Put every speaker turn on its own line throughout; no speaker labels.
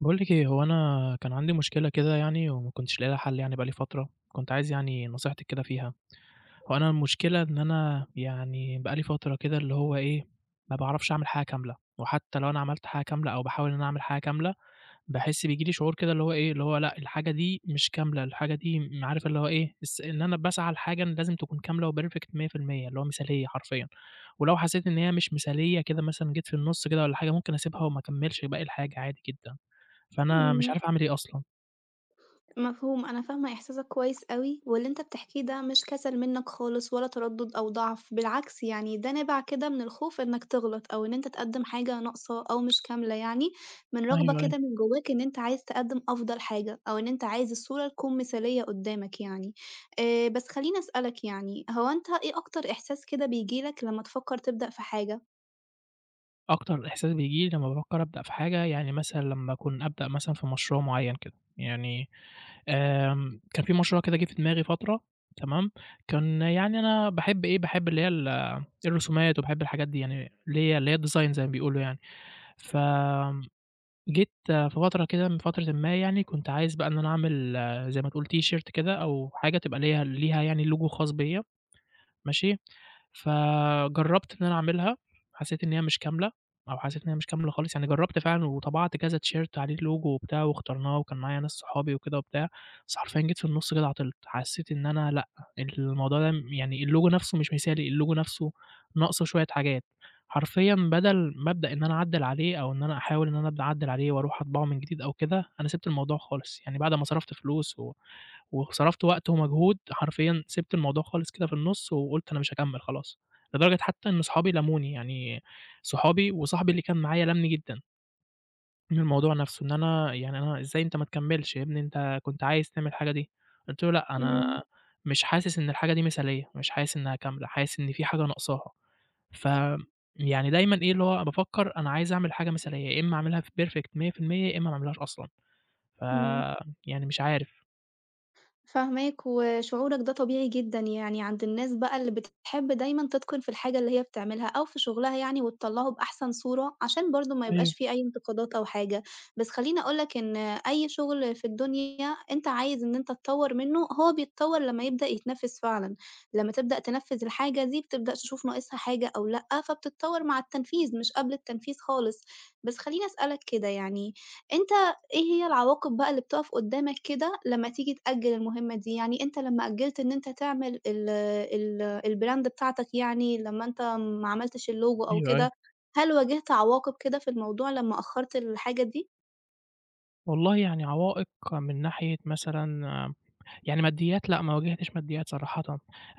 باقول لِك إيه، هو أنا كان عندي مشكلة كده يعني وما كنتش لاقي لها حل يعني بقى لي فترة، كنت عايز يعني نصيحتِك كده فيها. هو أنا المشكلة إن أنا يعني بقى لي فترة كده اللي هو إيه، ما باعرفش أعمل حاجة كاملة، وحتى لو أنا عملت حاجة كاملة أو باحاول إن أنا أعمل حاجة كاملة، باحس بييجي لي شعور كده اللي هو إيه، اللي هو لأ الحاجة دي مش كاملة، الحاجة دي م عارف اللي هو إيه، الس إن أنا باسعى لحاجة إن لازم تكون كاملة وperfect 100%، اللي هو مثالية حرفيًا. ولو حسيت إن هي مش مثالية كده مثلًا جيت في النُص كده والّا حاجة، ممكن أسيبها وما أكمّلش باقي الحاجة عادي جدًا. فأنا مش
إمم،
عارف أعمل إيه أصلًا.
مفهوم، أنا فاهمة إحساسك كويس أوي، واللي أنت بتحكيه ده مش كسل منك خالص ولا تردُّد أو ضعف، بالعكس يعني ده نابع كده من الخوف إنك تغلط أو إن أنت تقدّم حاجة ناقصة أو مش كاملة يعني، من رغبة
أيوه، أيوه.
كده من جواك إن أنت عايز تقدّم أفضل حاجة، أو إن أنت عايز الصورة تكون مثالية قدّامك يعني. بس خلّيني أسألك يعني، هو أنت إيه أكتر إحساس كده بييجي لك لمّا تفكّر تبدأ في حاجة؟
أكتر إحساس بييجي لي لمّا بافكّر أبدأ في حاجة، يعني مثلًا لمّا أكون أبدأ مثلًا في مشروع معيّن كده، يعني كان في مشروع كده جِه في دماغي فترة. تمام، كان يعني أنا باحب إيه، باحب اللي هي الرسومات وباحب الحاجات دي يعني اللي هي الdesign زي ما بيقولوا يعني. فجيت في فترة كده من فترةٍ ما يعني كنت عايز بقى إن أنا أعمل زي ما تقول تيشيرت كده أو حاجة تبقى ليها يعني logo خاص بيّا. ماشي، فجرّبت إن أنا أعملها، حسّيت إن هي مش كاملة أو حسّيت إن هي مش كاملة خالص، يعني جرّبت فعلًا وطبعت كذا تيشيرت عليه الlogo وبتاع واخترناه وكان معايا ناس صحابي وكده وبتاع، بس حرفيًا جيت في النُص كده عطلت، حسّيت إن أنا لأ، الموضوع ده م يعني الlogo نَفْسه مش مثالي، الlogo نَفْسه ناقصه شوية حاجات، حرفيًا بدل ما أبدأ إن أنا أعدّل عليه أو إن أنا أحاول إن أنا أبدأ أعدّل عليه وأروح أطبعه من جديد أو كده، أنا سِبت الموضوع خالص، يعني بعد ما صرفت فلوس وصرفت وقت ومجهود، حرفيًا سِبت الموضوع خالص كده في النُص وقُلت أنا مش هاكمّل خلاص، لدرجة حتى إن صحابي لَموني، يعني صحابي وصاحبي اللي كان معايا لَمّني جدًا من الموضوع نَفْسه، إن أنا يعني أنا إزاي أنت ما تكمّلش يا ابني أنت كنت عايز تعمل الحاجة دي، قُلت له: "لأ، أنا
إمم،
مش حاسس إن الحاجة دي مثالية، مش حاسس إنها كاملة، حاسس إن في حاجة ناقصاها." ف يعني دايمًا إيه، اللي هو بافكّر أنا عايز أعمل حاجة مثالية، يا إمّا أعملها في perfect 100% يا إمّا ما أعملهاش أصلًا، ف
إمم.
يعني مش عارف.
فاهماك، وشعورك ده طبيعي جدًا يعني عند الناس بقى اللي بتحب دايمًا تتقن في الحاجة اللي هي بتعملها أو في شغلها يعني وتطلّعه بأحسن صورة، عشان برضه ما
أيوه،
يبقاش في أي انتقادات أو حاجة. بس خلّيني أقول لك إن أي شغل في الدنيا أنت عايز إن أنت تطوّر منه، هو بيتطوّر لمّا يبدأ يتنفّذ فعلًا، لمّا تبدأ تنفّذ الحاجة دي بتبدأ تشوف ناقصها حاجة أو لأ، فبتتطوّر مع التنفيذ مش قبل التنفيذ خالص. بس خلّيني أسألك كده يعني، أنت إيه هي العواقب بقى اللي بتقف قدّامك كده لمّا تيجي تأجّل المهمة دي؟ يعني أنت لمّا أجّلت إن أنت تعمل ال ال الbrand بتاعتك يعني لمّا أنت ما عملتش الlogo أو
أيوه، أيوه.
كده، هل واجهت عواقب كده في الموضوع لمّا أخّرت الحاجة دي؟
والله يعني عوائق من ناحية مثلًا يعني ماديات لأ، ما واجهتش ماديات صراحةً،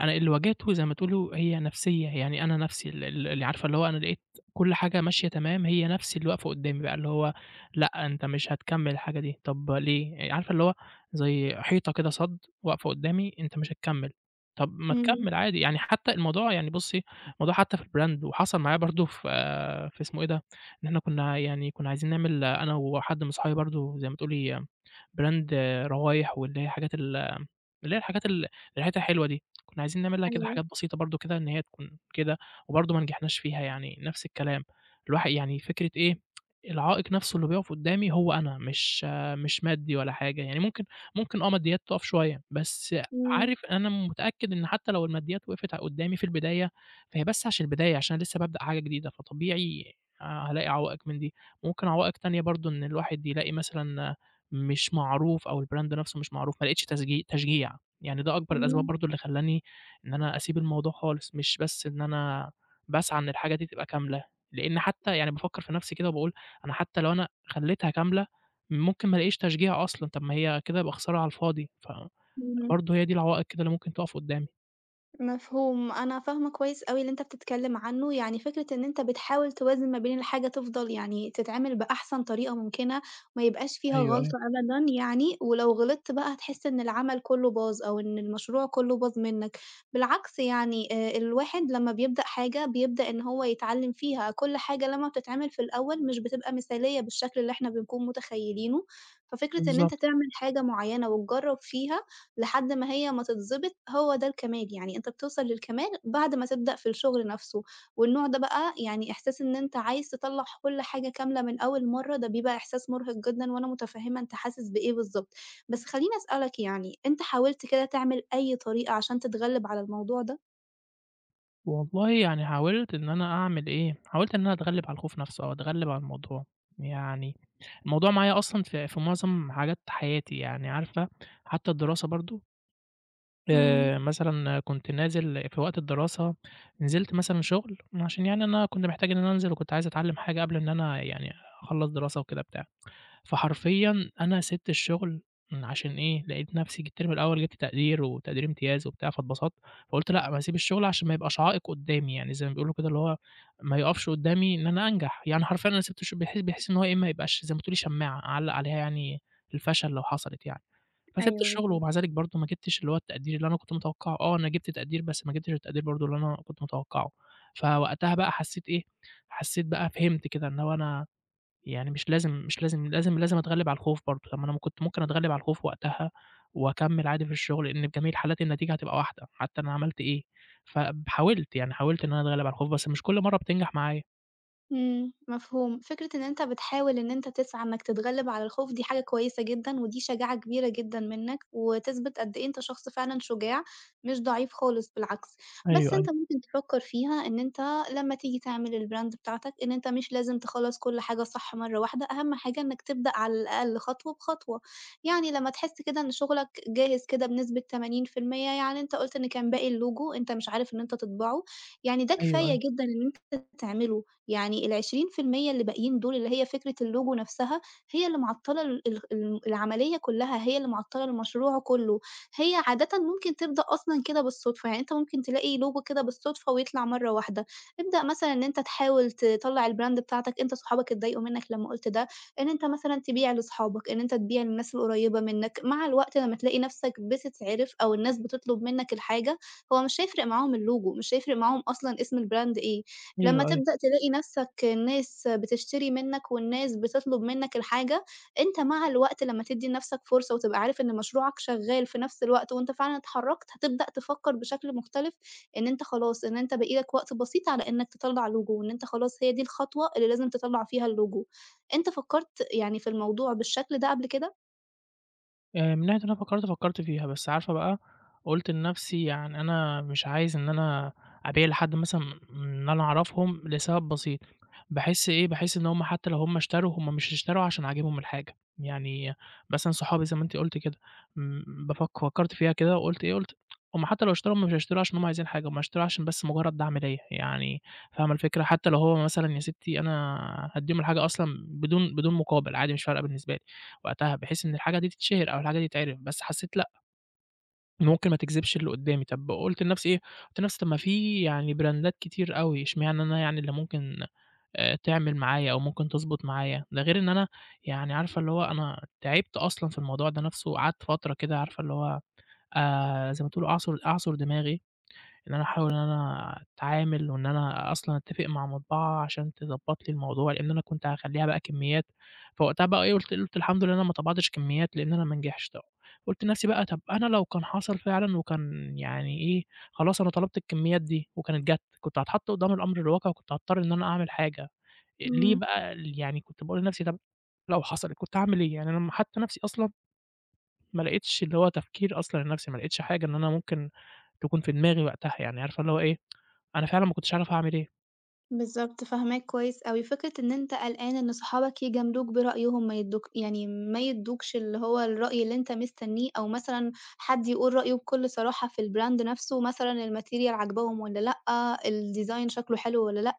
أنا اللي واجهته زي ما تقولوا هي نفسية، يعني أنا نفسي ال ال اللي عارفة اللي هو أنا لقيت كل حاجة ماشية تمام، هي نفسي اللي واقفة قدّامي بقى، اللي هو لأ، أنت مش هتكمّل الحاجة دي، طب ليه؟ يعني عارفة اللي هو زي حيطة كده صَد واقفة قدّامي، أنت مش هتكمّل، طب ما
إمم،
تكمّل عادي، يعني حتى الموضوع يعني بُصّي، الموضوع حتى في الbrand وحصل معايا برضه في في اسمه إيه ده، إن إحنا كنا يعني كنا عايزين نعمل أنا وحد من صحابي برضه زي ما تقولي brand روايح واللي هي حاجات اللي هي الحاجات ريحتها حلوة دي، كنا عايزين نعمل لها كده
أيوه،
حاجات بسيطة برضه كده إن هي تكون كده، وبرضه ما نجحناش فيها يعني نفس الكلام، الواحد يعني فكرة إيه، العائق نفسه اللي بيقف قدّامي هو أنا مش مادي ولا حاجة، يعني ممكن آه ماديات تقف شوية، بس
إمم،
عارف أنا متأكد إن حتى لو الماديات وقفت قدّامي في البداية، فهي بس عشان البداية عشان أنا لسه بابدأ حاجة جديدة، فطبيعي هالاقي عوائق من دي، ممكن عوائق تانية برضه إن الواحد يلاقي مثلًا مش معروف أو الbrand نفسه مش معروف، ما لقيتش تسجي تشجيع. يعني ده أكبر الأسباب
إمم.
برضه اللي خلّاني إن أنا أسيب الموضوع خالص، مش بس إن أنا باسعى إن الحاجة دي تبقى كاملة، لإن حتى يعني بافكّر في نَفْسي كده وباقول أنا حتى لو أنا خلّيتها كاملة، ممكن ما الاقيش تشجيع أصلًا، طَب ما هي كده يبقى خسارة على الفاضي،
إمم،
فبرضه هي دي العوائق كده اللي ممكن تُقف قدّامي.
مفهوم، أنا فاهمة كويس أوي اللي أنت بتتكلم عنه، يعني فكرة إن أنت بتحاول توازن ما بين الحاجة تفضل يعني تتعمل بأحسن طريقة ممكنة، ما يبقاش فيها
أيوه، أيوه،
غلطة أبدًا يعني، ولو غلطت بقى هتحس إن العمل كله باظ أو إن المشروع كله باظ منك، بالعكس يعني الواحد لمّا بيبدأ حاجة بيبدأ إن هو يتعلم فيها، كل حاجة لمّا بتتعمل في الأول مش بتبقى مثالية بالشكل اللي إحنا بنكون متخيلينه، ففكرة إن أنت
بالضبط.
تعمل حاجة معينة وتجرب فيها لحد ما هي ما تتضبط هو ده الكمال، يعني أنت بتوصل للكمال بعد ما تبدأ في الشغل نفسه، والنوع ده بقى يعني إحساس إن أنت عايز تطلّع كل حاجة كاملة من أول مرّة، ده بيبقى إحساس مرهق جدًا وأنا متفهمة أنت حاسس بإيه بالضبط، بس خلّيني أسألك يعني أنت حاولت كده تعمل أي طريقة عشان تتغلب على الموضوع ده؟
والله يعني حاولت إن أنا أعمل إيه، حاولت إن أنا أتغلِّب على الخوف نَفْسه أو أتغلِّب على الموضوع، يعني الموضوع معايا أصلًا في معظم حاجات حياتي، يعني عارفة حتى الدراسة برضه
إمم.
مثلًا كنت نازل في وقت الدراسة، نزلت مثلًا شغل عشان يعني أنا كنت محتاج إن أنا أنزل وكنت عايز أتعلّم حاجة قبل إن أنا يعني أخلّص دراسة وكده بتاع، فحرفيًا أنا سِبت الشغل عشان إيه، لقيت نَفْسي ج الترم الأول جِبت تقدير وتقدير امتياز وبتاع، فاتبسطت، فقُلت لأ ما أسيب الشغل عشان ما يبقاش عائق قُدّامي، يعني زي ما بيقولوا كده اللي هو ما يُقفش قُدّامي إن أنا أنجح، يعني حرفيًا أنا سِبت الش بحيث إن هو إيه، ما يبقاش زي ما تقولي شماعة أعلّق عليها يعني الفشل لو حصلت يعني. فسِبت
أيوه
الشغل
بالضبط.
ومع ذلك برضه ما جِبتش اللي هو التقدير اللي أنا كنت متوقّعه، آه أنا جِبت تقدير بس ما جِبتش التقدير برضه اللي أنا كنت متوقّعه، فوقتها بقى حسّيت إيه، حسّيت بقى فهمت كده إن هو أنا يعني مش لازم أتغلِّب على الخوف برضه، طب ما أنا كنت ممكن أتغلِّب على الخوف وقتها وأكمّل عادي في الشغل، لإن في جميع الحالات النتيجة هتبقى واحدة، حتّى أنا عملت إيه، حاولت، يعني حاولت إن أنا أتغلِّب على الخوف بس مش كل مرّة بتنجح معايا.
مفهوم. فكرة إن أنت بتحاول إن أنت تسعى إنك تتغلب على الخوف دي حاجة كويسة جدًا، ودي شجاعة كبيرة جدًا منّك، وتثبت قد إيه أنت شخص فعلًا شجاع، مش ضعيف خالص بالعكس. بس
أيوه، أيوه،
أنت ممكن تفكّر فيها إن أنت لمّا تيجي تعمل الbrand بتاعتك، إن أنت مش لازم تخلّص كل حاجة صح مرّة واحدة، أهم حاجة إنك تبدأ على الأقل خطوة بخطوة. يعني لمّا تحس كده إن شغلك جاهز كده بنسبة 80% يعني أنت قُلت إن كان باقي اللوجو أنت مش عارف إن أنت تطبعه، يعني ده
أيوه،
كفاية
أيوه،
جدًا إن أنت تعمله. يعني ال20% اللي باقيين دول اللي هي فكرة اللوجو نفسها، هي اللي معطّلة ال ال ال العملية كلّها، هي اللي معطّلة المشروع كلّه. هي عادةً ممكن تبدأ أصلًا كده بالصدفة، يعني أنت ممكن تلاقي لوجو كده بالصدفة ويطلع مرّة واحدة. ابدأ مثلًا إن أنت تحاول تطلّع الbrand بتاعتك، أنت صحابك اتضايقوا منّك لمّا قُلت ده، إن أنت مثلًا تبيع لصحابك، إن أنت تبيع للناس القريّبة منّك. مع الوقت لمّا تلاقي نفسك بتتعرف أو الناس بتطلب منّك الحاجة، هو مش هيفرق معاهم اللوجو، مش هيفرق معاهم أصلًا اسم الbrand إيه. لمّا
أيوه، أيوه.
تبدأ تلاقي نَفْسك الناس بتشتري منّك والناس بتطلب منّك الحاجة، أنت مع الوقت لمّا تدّي لنَفْسك فرصة وتبقى عارف إن مشروعك شغّال في نَفْس الوقت وأنت فعلًا اتحرّكت، هتبدأ تفكّر بشكل مختلف إن أنت خلاص، إن أنت باقي لك وقت بسيط على إنّك تطلّع logo وإن أنت خلاص هي دي الخطوة اللي لازم تطلّع فيها الlogo. أنت فكّرت يعني في الموضوع بالشكل ده قبل كده؟
من ناحية إن أنا فكّرت فيها، بس عارفة بقى قُلت لنَفْسي يعني أنا مش عايز إن أنا أبيع لحد مثلًا إن أنا أعرفهم لسبب بسيط، باحس إيه، باحس إن هم حتى لو هم اشتروا، هم مش اشتروا عشان عاجبهم الحاجة، يعني مثلًا صحابي زي ما أنتِ قُلتِ كده، بافك فكّرت فيها كده وقُلت إيه، قُلت هم حتى لو اشتروا هم مش هيشتروا عشان هم عايزين حاجة، هم هيشتروا عشان بس مجرّد دعم ليّا، يعني فاهمة الفكرة؟ حتى لو هو مثلًا يا ستّي أنا هادّيهم الحاجة أصلًا بدون مقابل، عادي مش فارقة بالنسبة لي. وقتها، بحيث إن الحاجة دي تتشهر أو الحاجة دي تتعرف، بس حسيت لأ، ممكن ما تجذبش اللي قدّامي، طَب قُلت لنفسي إيه، قُلت لنفسي طَب ما في يعني براندات كتير أوي، اشمعنى أنا يعني اللي ممكن تعمل معايا أو ممكن تضبط معايا، ده غير إن أنا يعني عارفة اللي هو أنا تعبت أصلًا في الموضوع ده نفسه، قعدت فترة كده عارفة اللي هو زي ما تقولي أعصُر دماغي. إن أنا أحاول إن أنا أتعامل وإن أنا أصلًا أتّفق مع مطبعة عشان تضبّط لي الموضوع، لإن أنا كنت هاخلّيها بقى كمّيات، فوقتها بقى إيه، قُلت الحمد لله أنا ما طبعتش كمّيات لإن أنا ما نجحتش طبعًا. قُلت لنفسي بقى طَب أنا لو كان حصل فعلًا وكان يعني إيه، خلاص أنا طلبت الكمّيات دي وكانت جات، كنت هاتحط قدّام الأمر الواقع وكنت هاضطر إن أنا أعمل حاجة، ليه
إمم.
بقى ال يعني كنت باقول لنفسي طَب لو حصلت كنت هاعمل إيه؟ يعني أنا م حتّى نفسي أصلًا ما لقيتش اللي هو تفكير أصلًا لنفسي، ما لقيتش حاجة إن أنا ممكن تكون في دماغي وقتها، يعني عارفة اللي هو إيه، أنا فعلًا ما كنتش عارف هاعمل إيه.
بالضبط، فاهماك كويس أوي. فكرة إن أنت قلقان إن صحابك يجاملوك برأيهم، ما يدوك يعني ما يدوكش اللي هو الرأي اللي أنت مستنيه، أو مثلًا حد يقول رأيه بكل صراحة في الbrand نفسه، مثلًا الmaterial عاجباهم والّا لأ، الdesign شكله حلو والّا لأ.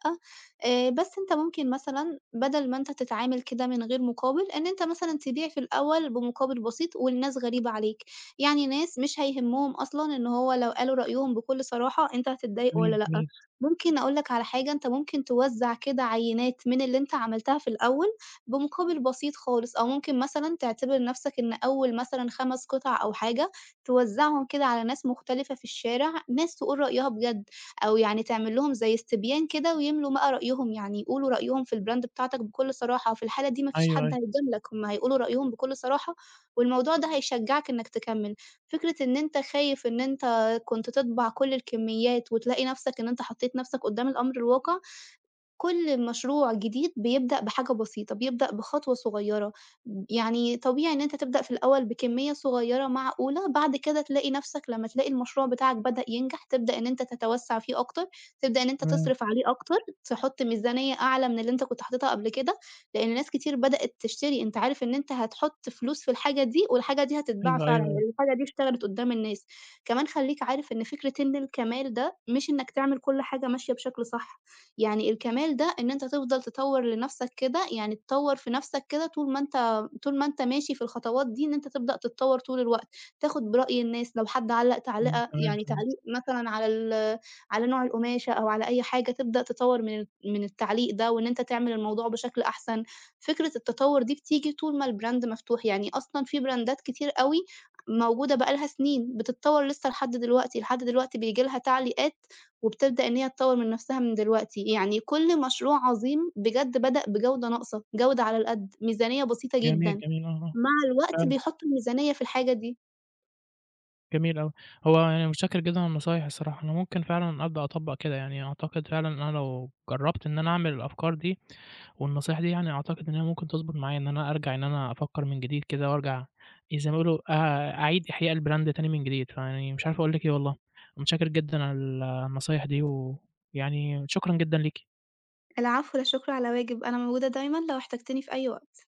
بس أنت ممكن مثلًا بدل ما أنت تتعامل كده من غير مقابل، إن أنت مثلًا تبيع في الأول بمقابل بسيط ولناس غريبة عليك، يعني ناس مش هيهمهم أصلًا إن هو لو قالوا رأيهم بكل صراحة أنت هتتضايق
جميل،
والّا لأ.
جميل.
ممكن أقول لك على حاجة، أنت ممكن توزّع كده عينات من اللي أنت عملتها في الأول بمقابل بسيط خالص، أو ممكن مثلًا تعتبر نَفْسك إن أول مثلًا 5 قطع أو حاجة توزّعهم كده على ناس مختلفة في الشارع، ناس تقول رأيها بجد، أو يعني تعمل لهم زي استبيان كده ويملوا بقى رأيهم، يعني يقولوا رأيهم في الbrand بتاعتك بكل صراحة، وفي الحالة دي ما فيش
أيوه،
حد
أيوه،
هيجاملك، هم هيقولوا رأيهم بكل صراحة، والموضوع ده هيشجّعك إنك تكمّل. فكرة إن أنت خايف إن أنت كنت تطبع كل الكميات وتلاقي نَفْسك إن أنت حطّيت نَفْسك قدّام الأمر الواقع؟ كل مشروع جديد بيبدأ بحاجة بسيطة، بيبدأ بخطوة صغيرة، ب يعني طبيعي إن أنت تبدأ في الأول بكمية صغيرة معقولة، بعد كده تلاقي نَفْسك لمّا تلاقي المشروع بتاعك بدأ ينجح، تبدأ إن أنت تتوسّع فيه أكتر، تبدأ إن أنت
تمام.
تصرف عليه أكتر، تحُط ميزانية أعلى من اللي أنت كنت حاططها قبل كده، لإن ناس كتير بدأت تشتري، أنت عارف إن أنت هتحُط فلوس في الحاجة دي والحاجة دي هتتباع
أيوه،
فعلًا،
أيوه، أيوه.
لإن الحاجة دي اشتغلت قُدّام الناس. كمان خلّيك عارف إن فكرة إن الكمال ده مش إنّك تعمل كل حاجة ماشية بشكل صح. يعني الكمال ده إن أنت تفضل تطوّر لنَفْسك كده، يعني تطوّر في نَفْسك كده طول ما أنت ماشي في الخطوات دي، إن أنت تبدأ تتطوّر طول الوقت، تاخُد برأي الناس، لو حد علّق
إمم،
تعليقة
تمام،
يعني
تمام.
تعليق مثلًا على ال على نوع القماشة أو على أي حاجة، تبدأ تطوّر من التعليق ده وإن أنت تعمل الموضوع بشكل أحسن. فكرة التطوّر دي بتيجي طول ما الbrand مفتوح، يعني أصلًا في براندات كتير أوي موجودة بقى لها سنين، بتتطوّر لسه لحد دلوقتي، لحد دلوقتي بييجي لها تعليقات وبتبدأ إن هي تطوّر من نَفْسها من دلوقتي، يعني كل مشروع عظيم بجد بدأ بجودة ناقصة، جودة على القد، ميزانية بسيطة جدًا،
جميل، جميل. آه، آه،
مع الوقت
فعلًا.
بيحطّوا الميزانية في الحاجة دي.
جميل أوي. هو أنا متشكّر جدًا على النصايح الصراحة، أنا ممكن فعلًا أبدأ أطبّق كده، يعني أعتقد فعلًا أنا لو جرّبت إن أنا أعمل الأفكار دي والنصايح دي يعني أعتقد إن هي ممكن تضبط معايا، إن أنا أرجع إن أنا أفكّر من جديد كده وأرجع إيه زي ما بيقولوا أعيد إحياء الbrand تاني من جديد، فيعني مش عارف أقول لِك إيه والله. متشكّر جدًا على النصايح دي، ويعني شكرًا جدًا ليكِ.
العفو، لا شكر على واجب، أنا موجودة دايمًا لو احتجتني في أي وقت.